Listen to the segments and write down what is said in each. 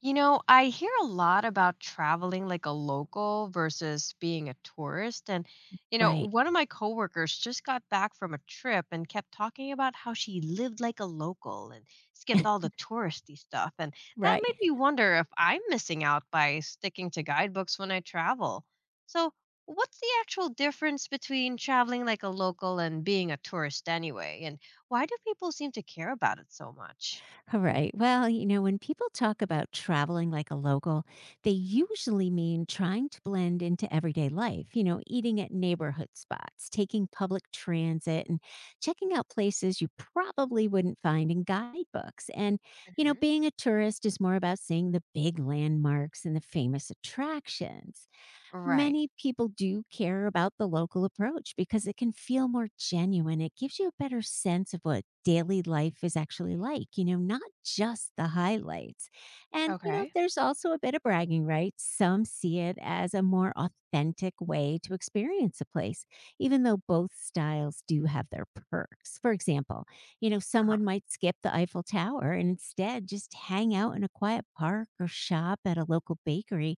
I hear a lot about traveling like a local versus being a tourist. And Right. one of my coworkers just got back from a trip and kept talking about how she lived like a local and skipped all the touristy stuff. And that made Right. me wonder if I'm missing out by sticking to guidebooks when I travel. So, what's the actual difference between traveling like a local and being a tourist anyway? And why do people seem to care about it so much? All right. Well, you know, when people talk about traveling like a local, they usually mean trying to blend into everyday life, you know, eating at neighborhood spots, taking public transit, and checking out places you probably wouldn't find in guidebooks. And, you know, Hmm. being a tourist is more about seeing the big landmarks and the famous attractions. Right. Many people do care about the local approach because it can feel more genuine. It gives you a better sense of what daily life is actually like, you know, not just the highlights. And, you know, Okay. there's also a bit of bragging, right? Some see it as a more authentic way to experience a place, even though both styles do have their perks. For example, you know, Uh-huh. someone might skip the Eiffel Tower and instead just hang out in a quiet park or shop at a local bakery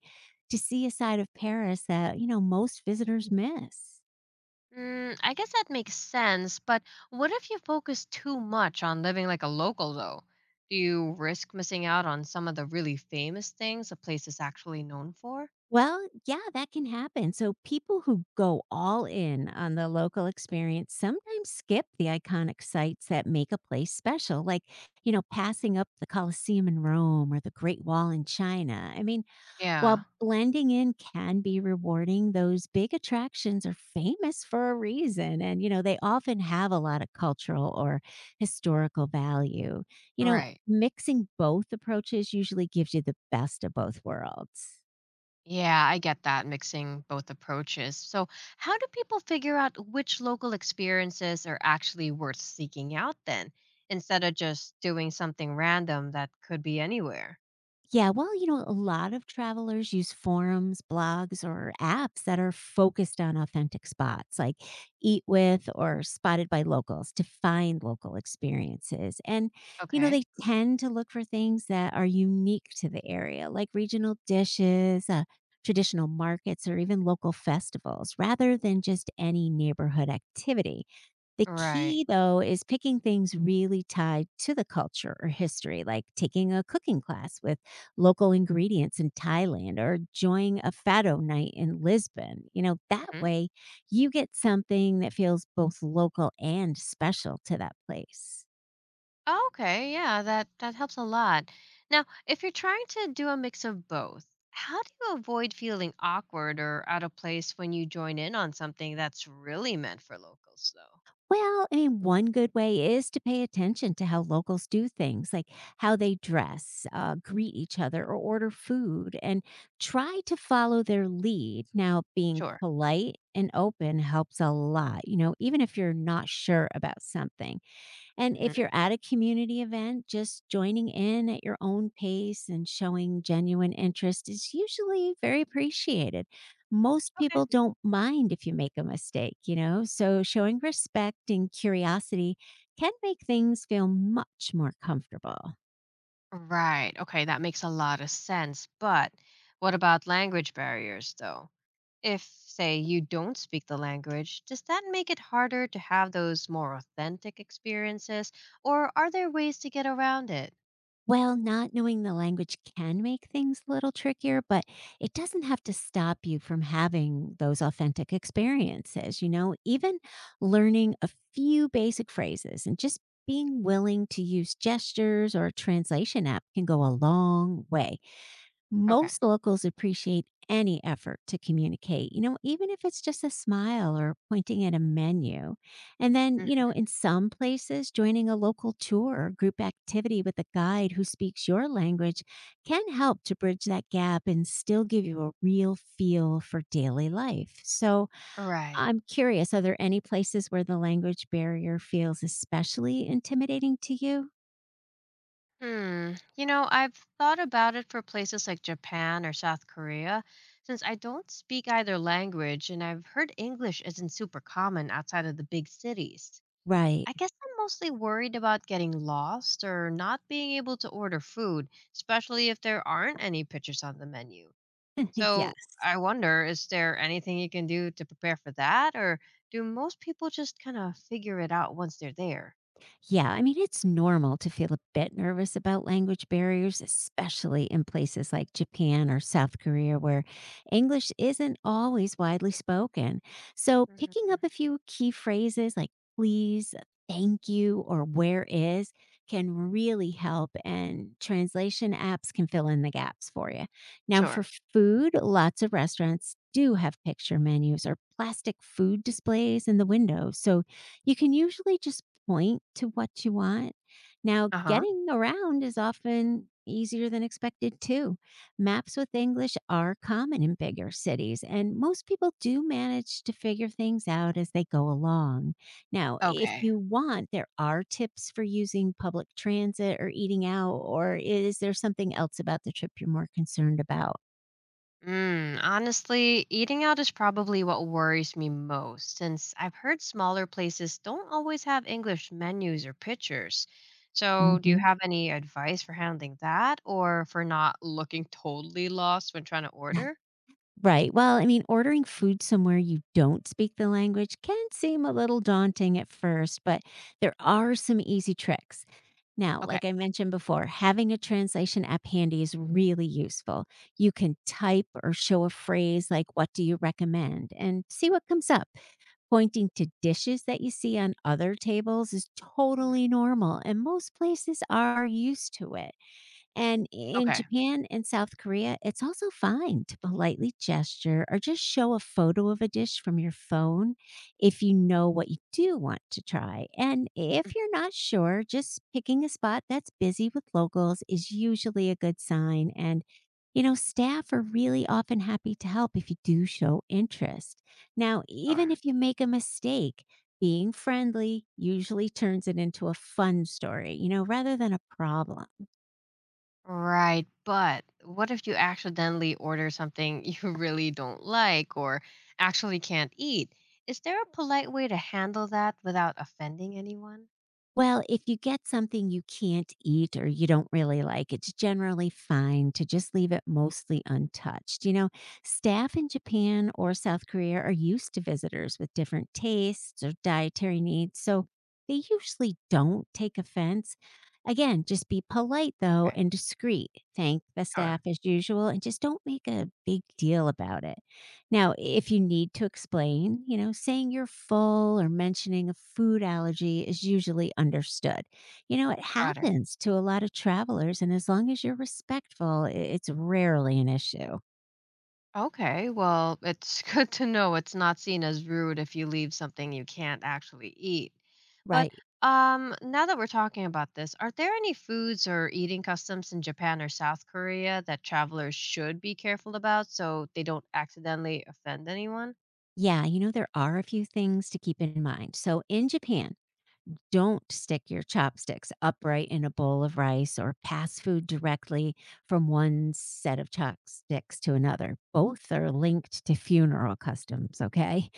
to see a side of Paris that, you know, most visitors miss. I guess that makes sense, but what if you focus too much on living like a local, though? Do you risk missing out on some of the really famous things a place is actually known for? Well, yeah, that can happen. So people who go all in on the local experience sometimes skip the iconic sites that make a place special, like, you know, passing up the Colosseum in Rome or the Great Wall in China. I mean, while Yeah, blending in can be rewarding, those big attractions are famous for a reason. And, you know, they often have a lot of cultural or historical value. You know, right. mixing both approaches usually gives you the best of both worlds. Yeah, I get that mixing both approaches. So, how do people figure out which local experiences are actually worth seeking out then, instead of just doing something random that could be anywhere? Yeah, well, you know, a lot of travelers use forums, blogs, or apps that are focused on authentic spots like Eat With or Spotted by Locals to find local experiences. And, you know, Okay, they tend to look for things that are unique to the area, like regional dishes, traditional markets, or even local festivals, rather than just any neighborhood activity. The right. key, though, is picking things really tied to the culture or history, like taking a cooking class with local ingredients in Thailand or join a fado night in Lisbon. You know, that way you get something that feels both local and special to that place. Oh, okay, yeah, that helps a lot. Now, if you're trying to do a mix of both, how do you avoid feeling awkward or out of place when you join in on something that's really meant for locals, though? Well, I mean, one good way is to pay attention to how locals do things, like how they dress, greet each other, or order food, and try to follow their lead. Now, being Sure. polite and open helps a lot, you know, even if you're not sure about something. And if Hmm. you're at a community event, just joining in at your own pace and showing genuine interest is usually very appreciated. Most Okay. people don't mind if you make a mistake, you know? So showing respect and curiosity can make things feel much more comfortable. Right. Okay, that makes a lot of sense. But what about language barriers, though? If, say, you don't speak the language, does that make it harder to have those more authentic experiences, or are there ways to get around it? Well, not knowing the language can make things a little trickier, but it doesn't have to stop you from having those authentic experiences. You know, even learning a few basic phrases and just being willing to use gestures or a translation app can go a long way. Okay. Most locals appreciate any effort to communicate, you know, even if it's just a smile or pointing at a menu. And then, you know, Hmm. in some places, joining a local tour or group activity with a guide who speaks your language can help to bridge that gap and still give you a real feel for daily life. So Right. I'm curious, are there any places where the language barrier feels especially intimidating to you? Hmm. I've thought about it for places like Japan or South Korea, since I don't speak either language and I've heard English isn't super common outside of the big cities. Right. I guess I'm mostly worried about getting lost or not being able to order food, especially if there aren't any pictures on the menu. Yeah. So I wonder, is there anything you can do to prepare for that, or do most people just kind of figure it out once they're there? Yeah, I mean, it's normal to feel a bit nervous about language barriers, especially in places like Japan or South Korea, where English isn't always widely spoken. So, picking Hmm. up a few key phrases like please, thank you, or where is can really help, and translation apps can fill in the gaps for you. Now, Sure. for food, lots of restaurants do have picture menus or plastic food displays in the window. So, you can usually just point to what you want. Now, Uh huh. getting around is often easier than expected, too. Maps with English are common in bigger cities, and most people do manage to figure things out as they go along. Now, if Okay. you want, there are tips for using public transit or eating out, or is there something else about the trip you're more concerned about? Honestly, eating out is probably what worries me most since I've heard smaller places don't always have English menus or pictures. So, do you Hmm. have any advice for handling that or for not looking totally lost when trying to order? Right. Well, I mean, ordering food somewhere you don't speak the language can seem a little daunting at first, but there are some easy tricks. Now, Okay. like I mentioned before, having a translation app handy is really useful. You can type or show a phrase like, "What do you recommend?" and see what comes up. Pointing to dishes that you see on other tables is Hmm. totally normal, and most places are used to it. And in Okay. Japan and South Korea, it's also fine to politely gesture or just show a photo of a dish from your phone if you know what you do want to try. And if you're not sure, just picking a spot that's busy with locals is usually a good sign. And, you know, staff are really often happy to help if you do show interest. Now, Sure. even if you make a mistake, being friendly usually turns it into a fun story, you know, rather than a problem. Right, but what if you accidentally order something you really don't like or actually can't eat? Is there a polite way to handle that without offending anyone? Well, if you get something you can't eat or you don't really like, it's generally fine to just leave it mostly untouched. You know, staff in Japan or South Korea are used to visitors with different tastes or dietary needs, so they usually don't take offense. Again, just be polite though Okay. and discreet. Thank the Sure. staff as usual and just don't make a big deal about it. Now, if you need to explain, you know, saying you're full or mentioning a food allergy is usually understood. You know, it Got it. happens to a lot of travelers, and as long as you're respectful, it's rarely an issue. Okay, well, it's good to know it's not seen as rude if you leave something you can't actually eat. But Right. Now that we're talking about this, are there any foods or eating customs in Japan or South Korea that travelers should be careful about so they don't accidentally offend anyone? Yeah. You know, there are a few things to keep in mind. So in Japan, don't stick your chopsticks upright in a bowl of rice or pass food directly from one set of chopsticks to another. Both are linked to funeral customs, okay?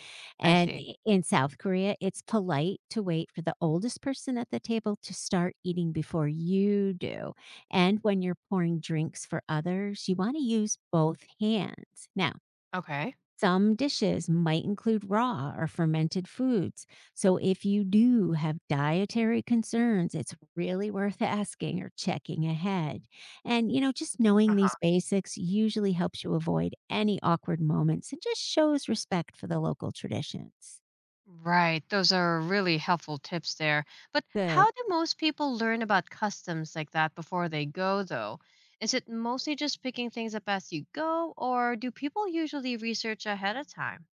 I And see. In South Korea, it's polite to wait for the oldest person at the table to start eating before you do. And when you're pouring drinks for others, you want to use both hands. Now, Okay. some dishes might include raw or fermented foods. So if you do have dietary concerns, it's really worth asking or checking ahead. And, you know, just Uh knowing these huh. basics usually helps you avoid any awkward moments and just shows respect for the local traditions. Right. Those are really helpful tips there. But Good. how do most people learn about customs like that before they go, though? Is it mostly just picking things up as you go, or do people usually research ahead of time?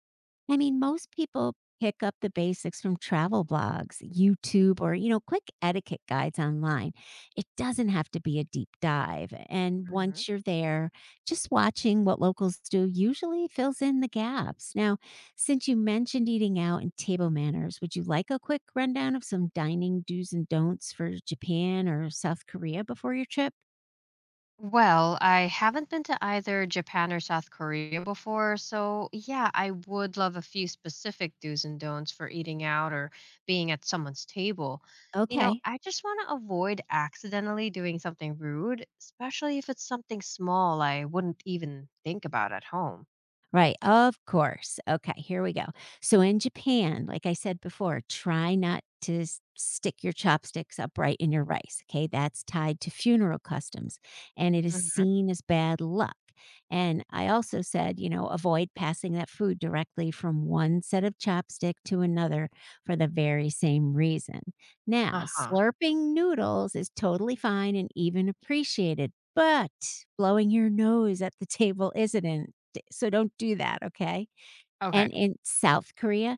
I mean, most people pick up the basics from travel blogs, YouTube, or, you know, quick etiquette guides online. It doesn't have to be a deep dive. And once you're there, just watching what locals do usually fills in the gaps. Now, since you mentioned eating out and table manners, would you like a quick rundown of some dining do's and don'ts for Japan or South Korea before your trip? Well, I haven't been to either Japan or South Korea before, so yeah, I would love a few specific do's and don'ts for eating out or being at someone's table. Okay. I just want to avoid accidentally doing something rude, especially if it's something small I wouldn't even think about at home. Right, of course. Okay, here we go. So in Japan, like I said before, try not to stick your chopsticks upright in your rice. Okay, that's tied to funeral customs and it is Hmm. seen as bad luck. And I also said, you know, avoid passing that food directly from one set of chopstick to another for the very same reason. Now, Uh huh. slurping noodles is totally fine and even appreciated, but blowing your nose at the table isn't. So don't do that, okay? Okay. And in South Korea,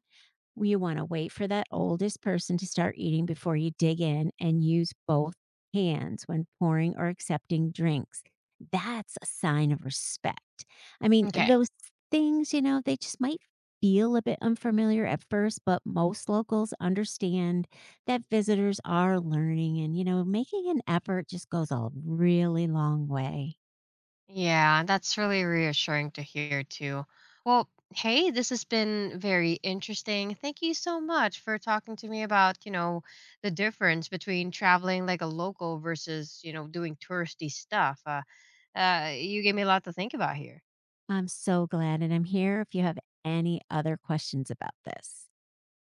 you want to wait for that oldest person to start eating before you dig in and use both hands when pouring or accepting drinks. That's a sign of respect. I mean, Okay. those things, you know, they just might feel a bit unfamiliar at first, but most locals understand that visitors are learning and, you know, making an effort just goes a really long way. Yeah, that's really reassuring to hear too. Well, hey, this has been very interesting. Thank you so much for talking to me about, the difference between traveling like a local versus, doing touristy stuff. You gave me a lot to think about here. I'm so glad, and I'm here if you have any other questions about this.